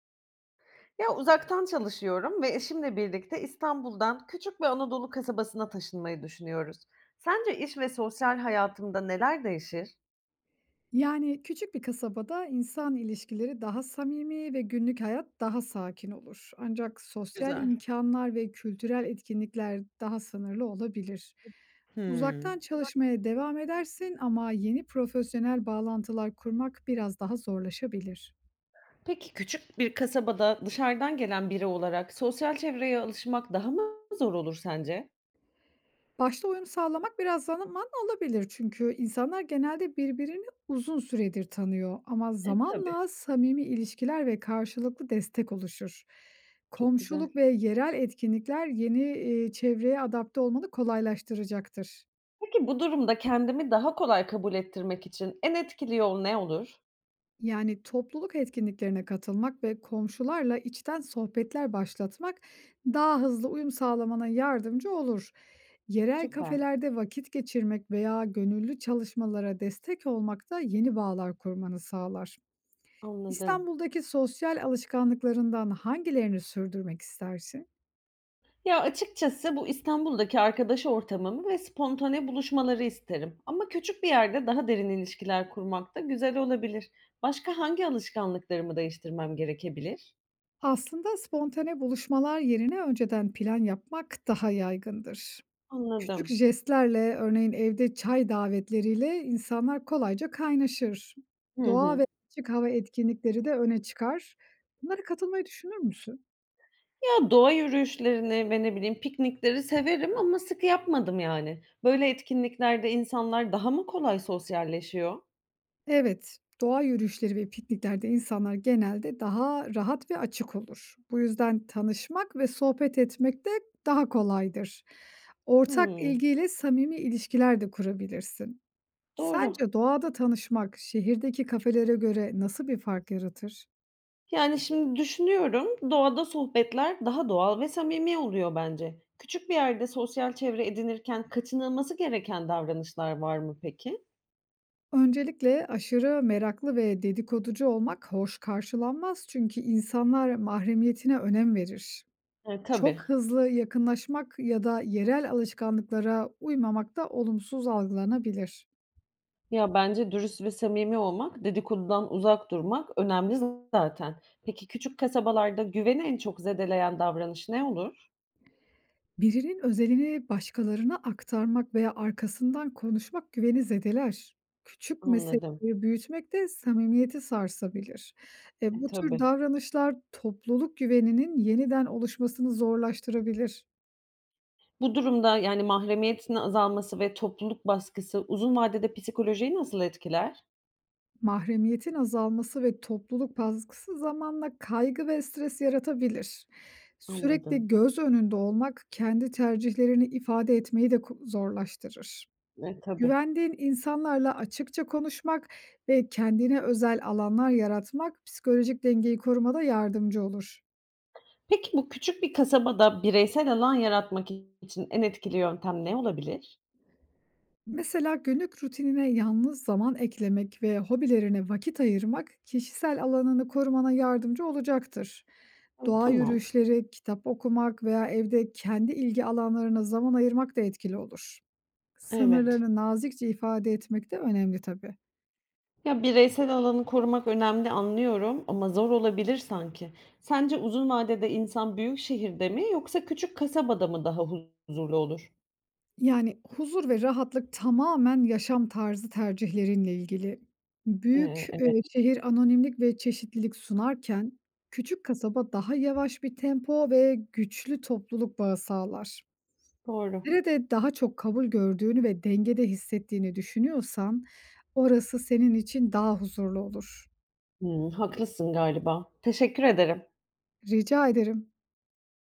Ya, uzaktan çalışıyorum ve eşimle birlikte İstanbul'dan küçük bir Anadolu kasabasına taşınmayı düşünüyoruz. Sence iş ve sosyal hayatımda neler değişir? Yani küçük bir kasabada insan ilişkileri daha samimi ve günlük hayat daha sakin olur. Ancak sosyal Güzel. imkanlar ve kültürel etkinlikler daha sınırlı olabilir. Uzaktan Hımm. çalışmaya devam edersin ama yeni profesyonel bağlantılar kurmak biraz daha zorlaşabilir. Peki, küçük bir kasabada dışarıdan gelen biri olarak sosyal çevreye alışmak daha mı zor olur sence? Başta uyum sağlamak biraz zaman alabilir çünkü insanlar genelde birbirini uzun süredir tanıyor ama E, tabii. zamanla samimi ilişkiler ve karşılıklı destek oluşur. Çok güzel. Komşuluk ve yerel etkinlikler yeni çevreye adapte olmanı kolaylaştıracaktır. Peki, bu durumda kendimi daha kolay kabul ettirmek için en etkili yol ne olur? Yani topluluk etkinliklerine katılmak ve komşularla içten sohbetler başlatmak daha hızlı uyum sağlamana yardımcı olur. Yerel Süper. kafelerde vakit geçirmek veya gönüllü çalışmalara destek olmak da yeni bağlar kurmanı sağlar. Anladım. İstanbul'daki sosyal alışkanlıklarından hangilerini sürdürmek istersin? Ya, açıkçası bu İstanbul'daki arkadaş ortamımı ve spontane buluşmaları isterim. Ama küçük bir yerde daha derin ilişkiler kurmak da güzel olabilir. Başka hangi alışkanlıklarımı değiştirmem gerekebilir? Aslında spontane buluşmalar yerine önceden plan yapmak daha yaygındır. Küçük Anladım. jestlerle, örneğin evde çay davetleriyle insanlar kolayca kaynaşır. Hı Doğa hı. ve açık hava etkinlikleri de öne çıkar. Bunlara katılmayı düşünür müsün? Ya, doğa yürüyüşlerini ve ne bileyim piknikleri severim ama sık yapmadım yani. Böyle etkinliklerde insanlar daha mı kolay sosyalleşiyor? Evet, doğa yürüyüşleri ve pikniklerde insanlar genelde daha rahat ve açık olur. Bu yüzden tanışmak ve sohbet etmek de daha kolaydır. Ortak Hımm. ilgiyle samimi ilişkiler de kurabilirsin. Doğru. Sence doğada tanışmak şehirdeki kafelere göre nasıl bir fark yaratır? Yani, şimdi düşünüyorum, doğada sohbetler daha doğal ve samimi oluyor bence. Küçük bir yerde sosyal çevre edinirken kaçınılması gereken davranışlar var mı peki? Öncelikle aşırı meraklı ve dedikoducu olmak hoş karşılanmaz çünkü insanlar mahremiyetine önem verir. Tabii. Çok hızlı yakınlaşmak ya da yerel alışkanlıklara uymamak da olumsuz algılanabilir. Ya, bence dürüst ve samimi olmak, dedikodudan uzak durmak önemli zaten. Peki küçük kasabalarda güveni en çok zedeleyen davranış ne olur? Birinin özelini başkalarına aktarmak veya arkasından konuşmak güveni zedeler. Küçük Anladım. meseleleri büyütmek de samimiyeti sarsabilir. E, E, bu tür tabii. davranışlar topluluk güveninin yeniden oluşmasını zorlaştırabilir. Bu durumda, yani, mahremiyetin azalması ve topluluk baskısı uzun vadede psikolojiyi nasıl etkiler? Mahremiyetin azalması ve topluluk baskısı zamanla kaygı ve stres yaratabilir. Sürekli Anladım. göz önünde olmak kendi tercihlerini ifade etmeyi de zorlaştırır. E, tabii. Güvendiğin insanlarla açıkça konuşmak ve kendine özel alanlar yaratmak psikolojik dengeyi korumada yardımcı olur. Peki bu küçük bir kasabada bireysel alan yaratmak için en etkili yöntem ne olabilir? Mesela günlük rutinine yalnız zaman eklemek ve hobilerine vakit ayırmak kişisel alanını korumana yardımcı olacaktır. Hı. Doğa Tamam, yürüyüşleri, kitap okumak veya evde kendi ilgi alanlarına zaman ayırmak da etkili olur. evet. Sınırlarını nazikçe ifade etmek de önemli tabii. Ya bireysel alanı korumak önemli anlıyorum ama zor olabilir sanki. Sence uzun vadede insan büyük şehirde mi yoksa küçük kasabada mı daha huzurlu olur? Yani, huzur ve rahatlık tamamen yaşam tarzı tercihlerinle ilgili. Büyük, Ee, evet, eee, şehir anonimlik ve çeşitlilik sunarken küçük kasaba daha yavaş bir tempo ve güçlü topluluk bağı sağlar. doğru. Nerede daha çok kabul gördüğünü ve dengede hissettiğini düşünüyorsan orası senin için daha huzurlu olur. Hmm, haklısın galiba. Teşekkür ederim. Rica ederim.